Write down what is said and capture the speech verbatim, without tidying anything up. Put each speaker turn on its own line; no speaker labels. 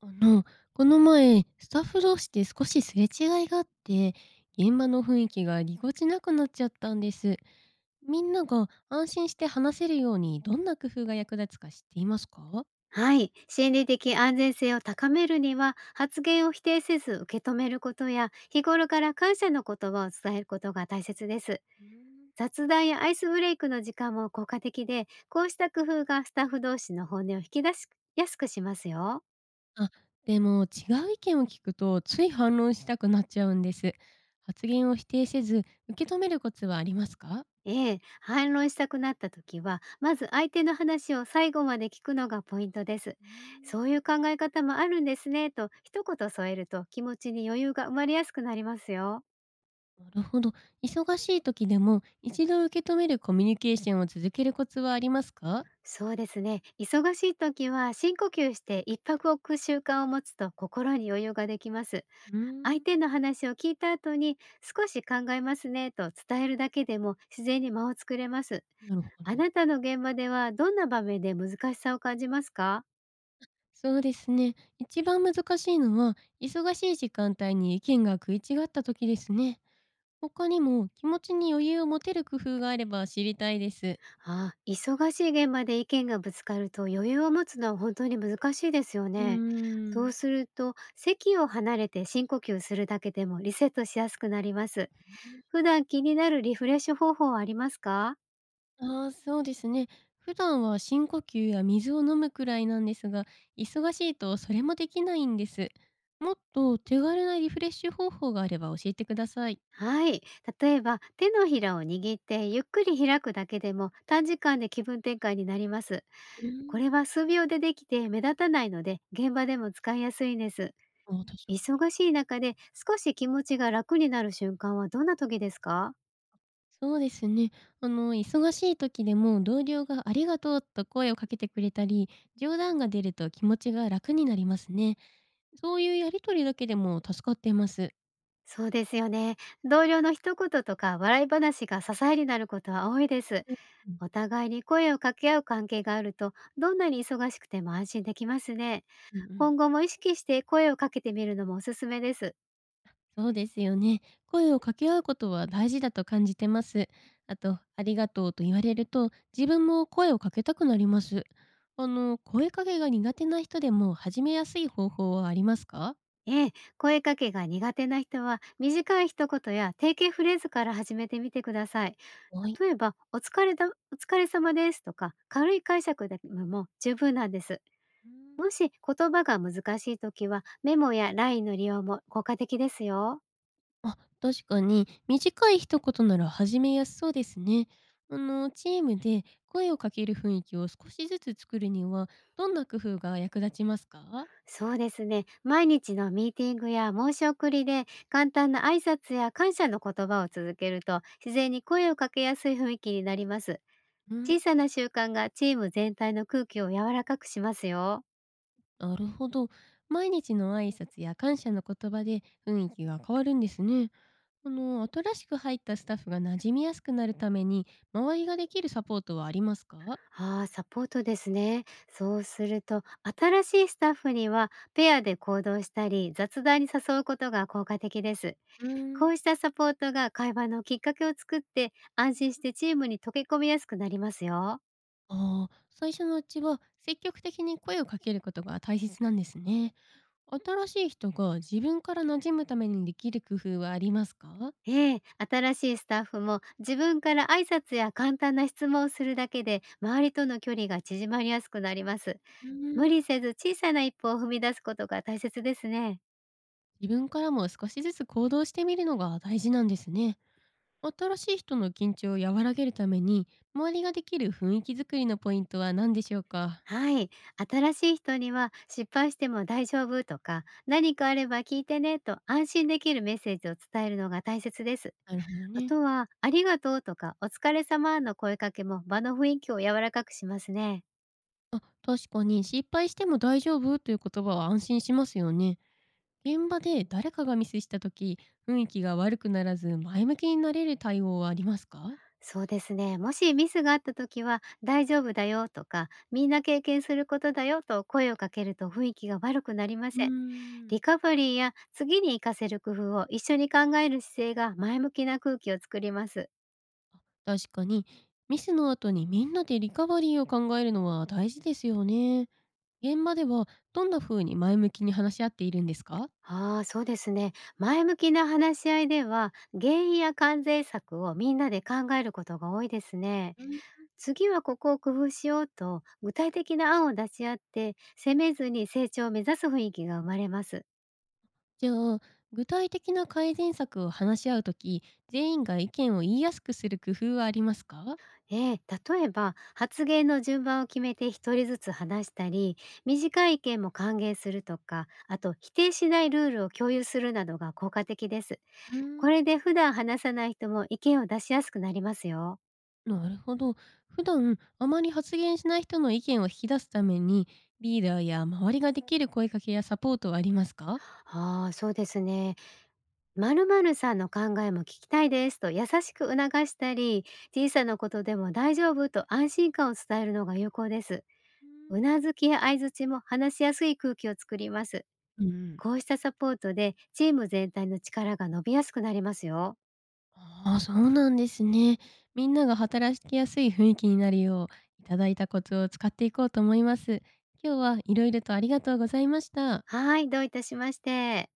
あの、この前、スタッフ同士で少しすれ違いがあって、現場の雰囲気がぎこちなくなっちゃったんです。みんなが安心して話せるようにどんな工夫が役立つか知っていますか？
はい。心理的安全性を高めるには、発言を否定せず受け止めることや、日頃から感謝の言葉を伝えることが大切です。
うん。
雑談やアイスブレイクの時間も効果的で、こうした工夫がスタッフ同士の本音を引き出しやすくしますよ。
あ、でも違う意見を聞くとつい反論したくなっちゃうんです。発言を否定せず受け止めるコツはありますか？
ええ、反論したくなった時は、まず相手の話を最後まで聞くのがポイントです。
うん。
そういう考え方もあるんですね、と一言添えると気持ちに余裕が生まれやすくなりますよ。
なるほど。忙しい時でも一度受け止めるコミュニケーションを続けるコツはありますか？
そうですね。忙しい時は深呼吸して一泊置く習慣を持つと心に余裕ができます。
うー
相
ん、
手の話を聞いた後に少し考えますねと伝えるだけでも自然に間を作れます。
なるほ
あ
ど。
なたの現場ではどんな場面で難しさを感じますか？
そうですね。一番難しいのは、忙しい時間帯に意見が食い違った時ですね。他にも気持ちに余裕を持てる工夫があれば知りたいです。
ああ、忙しい現場で意見がぶつかると余裕を持つのは本当に難しいですよ
うー
ね。そ
ん、
うすると席を離れて深呼吸するだけでもリセットしやすくなります。普段気になるリフレッシュ方法はありますか？
ああ、そうですね。普段は深呼吸や水を飲むくらいなんですが、忙しいとそれもできないんです。もっと手軽なリフレッシュ方法があれば教えてください。
はい。例えば、手のひらを握ってゆっくり開くだけでも短時間で気分転換になります。
う
こ
ん。
れは数秒でできて目立たないので、現場でも使いやすいんです。
あ確
忙しい中で少し気持ちが楽になる瞬間はどんな時ですか？
そうですね。あの、忙しい時でも同僚がありがとうと声をかけてくれたり、冗談が出ると気持ちが楽になりますね。そういうやりとりだけでも助かっています。
そうですよね。同僚の一言とか笑い話が支えになることは多いです。
うん、
お互いに声を掛け合う関係があると、どんなに忙しくても安心できますね。
うんうん、
今後も意識して声をかけてみるのもおすすめです。
そうですよね。声を掛け合うことは大事だと感じてます。あと、ありがとうと言われると、自分も声をかけたくなります。あの、声かけが苦手な人でも始めやすい方法はありますか？
ええ、声かけが苦手な人は短い一言や定型フレーズから始めてみてください。
はい。
例えば、お疲れだ、お疲れ様ですとか、軽い解釈でも十分なんです。もし言葉が難しいときは、メモや ライン の利用も効果的ですよ。
あ、確かに短い一言なら始めやすそうですね。あの、チームで声をかける雰囲気を少しずつ作るには、どんな工夫が役立ちますか？
そうですね。毎日のミーティングや申し送りで、簡単な挨拶や感謝の言葉を続けると、自然に声をかけやすい雰囲気になります。
うん、
小さな習慣がチーム全体の空気を柔らかくしますよ。
なるほど。毎日の挨拶や感謝の言葉で雰囲気が変わるんですね。あの、新しく入ったスタッフが馴染みやすくなるために、周りができるサポートはありますか？
ああ、サポートですね。そうすると、新しいスタッフにはペアで行動したり、雑談に誘うことが効果的です。
うー
こ
ん。
うしたサポートが会話のきっかけを作って、安心してチームに溶け込みやすくなりますよ。
ああ、最初のうちは積極的に声をかけることが大切なんですね。新しい人が自分から馴染むためにできる工夫はありますか？
ええ、新しいスタッフも自分から挨拶や簡単な質問をするだけで、周りとの距離が縮まりやすくなります。
うー
無
ん。
理せず小さな一歩を踏み出すことが大切ですね。
自分からも少しずつ行動してみるのが大事なんですね。新しい人の緊張を和らげるために周りができる雰囲気づくりのポイントは何でしょうか？
はい。新しい人には失敗しても大丈夫とか何かあれば聞いてねと安心できるメッセージを伝えるのが大切です。
なるほど
あ
ね。
とはありがとうとかお疲れ様の声かけも場の雰囲気を柔らかくしますね。
あ、確かに失敗しても大丈夫という言葉は安心しますよね。現場で誰かがミスした時、雰囲気が悪くならず前向きになれる対応はありますか？
そうですね。もしミスがあった時は大丈夫だよとかみんな経験することだよと声をかけると雰囲気が悪くなりま
うー
せん。
ん。
リカバリーや次に活かせる工夫を一緒に考える姿勢が前向きな空気を作ります。
確かにミスの後にみんなでリカバリーを考えるのは大事ですよね。現場ではどんな風に前向きに話し合っているんですか？
ああ、そうですね。前向きな話し合いでは、原因や関税策をみんなで考えることが多いですね。
うん。
次はここを工夫しようと、具体的な案を出し合って、責めずに成長を目指す雰囲気が生まれます。
じゃあ具体的な改善策を話し合うとき、全員が意見を言いやすくする工夫はありますか？
ええ、例えば、発言の順番を決めて一人ずつ話したり、短い意見も歓迎するとか、あと否定しないルールを共有するなどが効果的です。
うー
こ
ん。
れで普段話さない人も意見を出しやすくなりますよ。
なるほど。普段あまり発言しない人の意見を引き出すためにリーダーや周りができる声かけやサポートはありますか？
ああ、そうですね。〇〇さんの考えも聞きたいですと優しく促したり、小さなことでも大丈夫と安心感を伝えるのが有効です。
うん
うなずきや相づちも話しやすい空気を作ります。
うん。
こうしたサポートでチーム全体の力が伸びやすくなりますよ。
ああ、そうなんですね。みんなが働きやすい雰囲気になるよう、いただいたコツを使っていこうと思います。今日はいろいろとありがとうございました。
はい、どういたしまして。